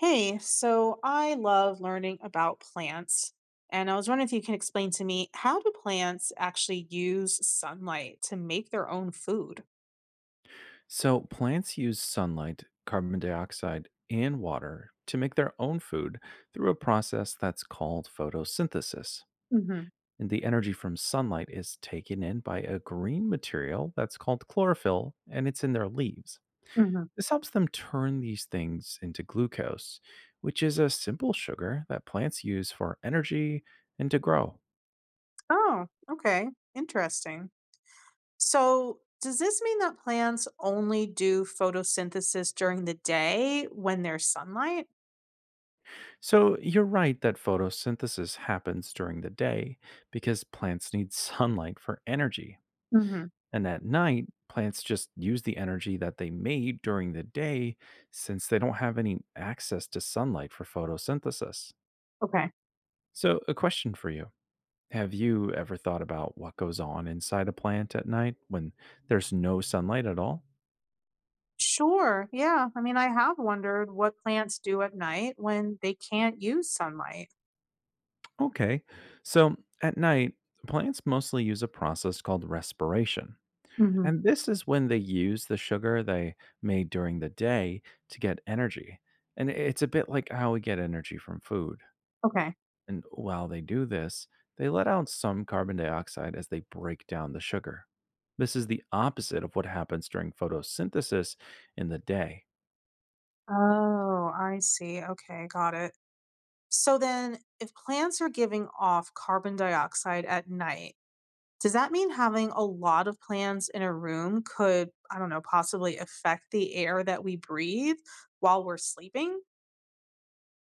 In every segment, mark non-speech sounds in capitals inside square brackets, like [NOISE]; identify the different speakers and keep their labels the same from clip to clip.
Speaker 1: Hey, so I love learning about plants, and I was wondering if you can explain to me how do plants actually use sunlight to make their own food?
Speaker 2: So, plants use sunlight, carbon dioxide, and water to make their own food through a process that's called photosynthesis.
Speaker 1: Hmm.
Speaker 2: And the energy from sunlight is taken in by a green material that's called chlorophyll, and it's in their leaves.
Speaker 1: Hmm.
Speaker 2: This helps them turn these things into glucose, which is a simple sugar that plants use for energy and to grow.
Speaker 1: Oh, okay. Interesting. So, does this mean that plants only do photosynthesis during the day when there's sunlight?
Speaker 2: So, you're right that photosynthesis happens during the day because plants need [LAUGHS] sunlight for energy.
Speaker 1: Hmm.
Speaker 2: And at night, plants just use the energy that they made during the day since they don't have any access to sunlight for photosynthesis.
Speaker 1: Okay.
Speaker 2: So, a question for you. Have you ever thought about what goes on inside a plant at night when there's no sunlight at all?
Speaker 1: Sure. Yeah. I mean, I have wondered what plants do at night when they can't use sunlight.
Speaker 2: Okay, so at night, plants mostly use a process called respiration.
Speaker 1: Hmm.
Speaker 2: And this is when they use the sugar they made during the day to get energy. And it's a bit like how we get energy from food.
Speaker 1: Okay.
Speaker 2: And while they do this, they let out some carbon dioxide as they break down the sugar. This is the opposite of what happens during photosynthesis in the day.
Speaker 1: Oh, I see. Okay, got it. So then, if plants are giving off carbon dioxide at night, does that mean having a lot of plants in a room could, I don't know, possibly affect the air that we breathe while we're sleeping?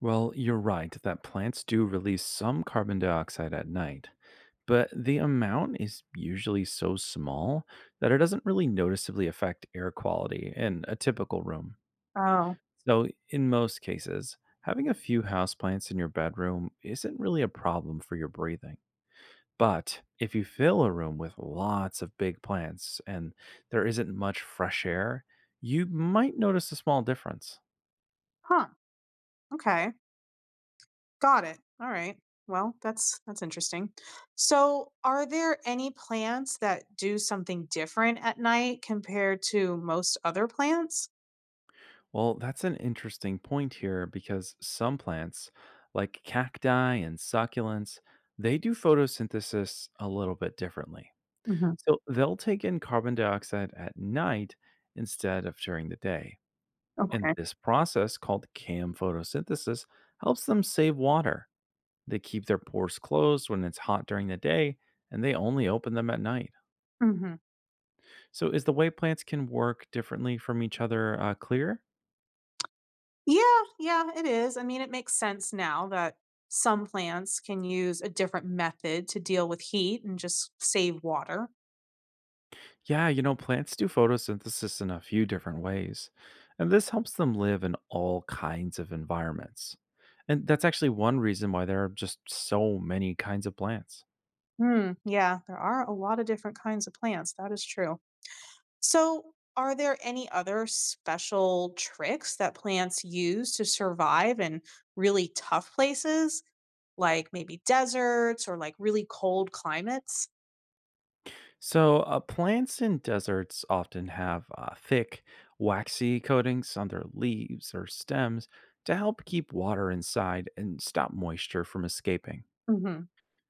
Speaker 2: Well, you're right that plants do release some carbon dioxide at night, but the amount is usually so small that it doesn't really noticeably affect air quality in a typical room.
Speaker 1: Oh,
Speaker 2: So, in most cases, having a few houseplants in your bedroom isn't really a problem for your breathing. But if you fill a room with lots of big plants and there isn't much fresh air, you might notice a small difference.
Speaker 1: huh. Okay, got it. All right. Well, that's interesting. So, are there any plants that do something different at night compared to most other plants?
Speaker 2: Well, that's an interesting point here because some plants, like cacti and succulents, they do photosynthesis a little bit differently.
Speaker 1: Hmm.
Speaker 2: So they'll take in carbon dioxide at night instead of during the day. And
Speaker 1: Okay.
Speaker 2: this process, called CAM photosynthesis, helps them save water. They keep their pores closed when it's hot during the day, and they only open them at night.
Speaker 1: Hmm.
Speaker 2: So, is the way plants can work differently from each other clear?
Speaker 1: Yeah, yeah, it is. I mean, it makes sense now that some plants can use a different method to deal with heat and just save water.
Speaker 2: Yeah, you know, plants do photosynthesis in a few different ways, and this helps them live in all kinds of environments. And that's actually one reason why there are just so many kinds of plants.
Speaker 1: Hmm, yeah, there are a lot of different kinds of plants. That is true. So, are there any other special tricks that plants use to survive in really tough places, like maybe deserts or like really cold climates?
Speaker 2: So, plants in deserts often have thick, waxy coatings on their leaves or stems to help keep water inside and stop moisture from escaping.
Speaker 1: Hmm.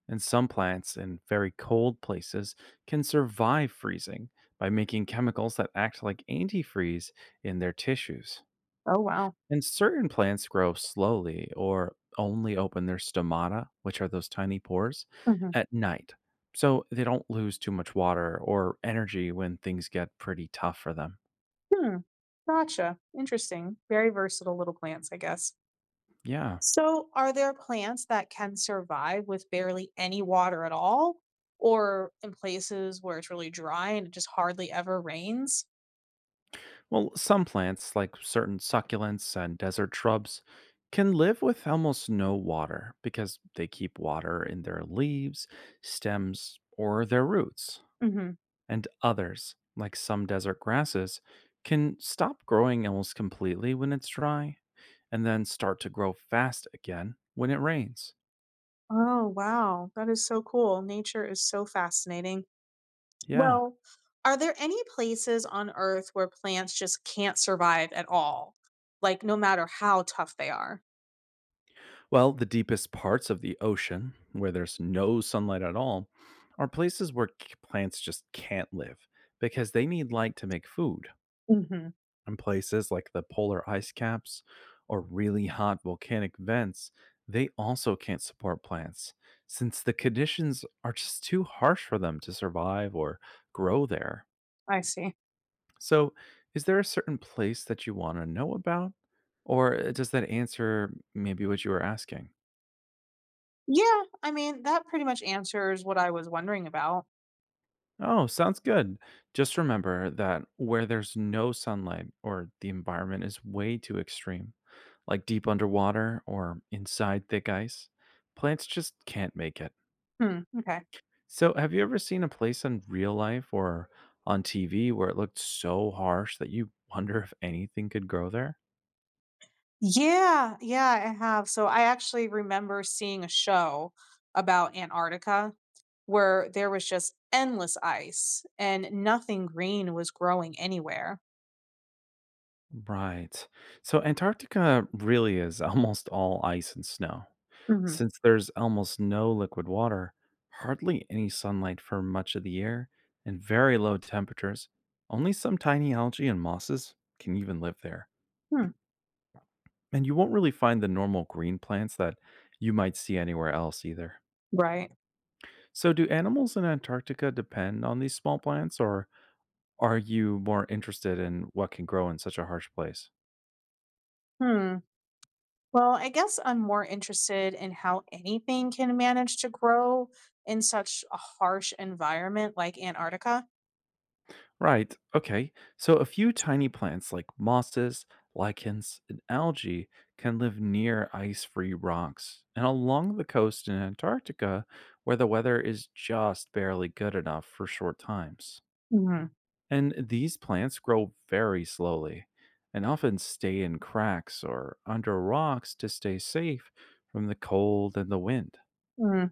Speaker 2: And some plants in very cold places can survive freezing by making chemicals that act like antifreeze in their tissues.
Speaker 1: Oh, wow.
Speaker 2: And certain plants grow slowly or only open their stomata, which are those tiny pores,
Speaker 1: Hmm.
Speaker 2: at night. So they don't lose too much water or energy when things get pretty tough for them.
Speaker 1: Hmm. Gotcha. Interesting. Very versatile little plants, I guess.
Speaker 2: Yeah.
Speaker 1: So, are there plants that can survive with barely any water at all, or in places where it's really dry and it just hardly ever rains?
Speaker 2: Well, some plants, like certain succulents and desert shrubs, can live with almost no water because they keep water in their leaves, stems, or their roots.
Speaker 1: Hmm.
Speaker 2: And others, like some desert grasses, can stop growing almost completely when it's dry and then start to grow fast again when it rains.
Speaker 1: Oh, wow. That is so cool. Nature is so fascinating.
Speaker 2: Yeah.
Speaker 1: Well, are there any places on Earth where plants just can't survive at all? Like, no matter how tough they are?
Speaker 2: Well, the deepest parts of the ocean, where there's no sunlight at all, are places where plants just can't live because they need light to make food.
Speaker 1: Hmm.
Speaker 2: And places like the polar ice caps or really hot volcanic vents, they also can't support plants since the conditions are just too harsh for them to survive or grow there.
Speaker 1: I see.
Speaker 2: So, is there a certain place that you want to know about? Or does that answer maybe what you were asking?
Speaker 1: Yeah, I mean, that pretty much answers what I was wondering about.
Speaker 2: Oh, sounds good. Just remember that where there's no sunlight or the environment is way too extreme, like deep underwater or inside thick ice, plants just can't make it.
Speaker 1: Hmm, okay.
Speaker 2: So, have you ever seen a place in real life or on TV where it looked so harsh that you wonder if anything could grow there?
Speaker 1: Yeah, yeah, I have. So I actually remember seeing a show about Antarctica where there was just endless ice and nothing green was growing anywhere.
Speaker 2: Right. So Antarctica really is [LAUGHS] almost all ice and snow.
Speaker 1: Hmm.
Speaker 2: Since there's almost no liquid water, hardly any sunlight for much of the year, and very low temperatures, only some tiny algae and mosses can even live there.
Speaker 1: Hmm.
Speaker 2: And you won't really find the normal green plants that you might see anywhere else either.
Speaker 1: Right.
Speaker 2: So, do animals in Antarctica depend on these small plants, or are you more interested in what can grow in such a harsh place?
Speaker 1: Hmm. Well, I guess I'm more interested in how anything can manage to grow in such a harsh environment like Antarctica.
Speaker 2: Right. Okay. So a few tiny plants like mosses, lichens, and algae can live near ice free rocks and along the coast in Antarctica where the weather is just barely good enough for short times.
Speaker 1: Hmm.
Speaker 2: And these plants grow very slowly and often stay in cracks or under rocks to stay safe from the cold and the wind.
Speaker 1: Mm,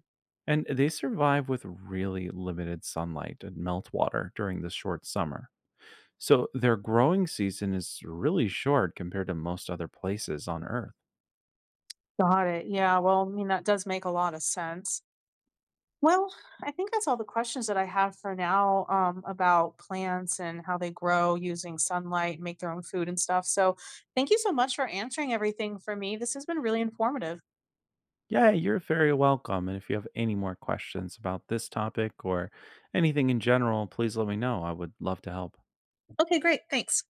Speaker 2: And they survive with really limited sunlight and meltwater during the short summer. So their growing season is really short compared to most other places on Earth.
Speaker 1: got it. Yeah. Well, I mean, that does make a lot of sense. Well, I think that's all the questions that I have for now about plants and how they grow using sunlight, make their own food and stuff. So, thank you so much for answering everything for me. This has been really informative.
Speaker 2: Yeah, you're very welcome. And if you have any more questions about this topic or anything in general, please let me know. I would love to help.
Speaker 1: Okay, great. Thanks.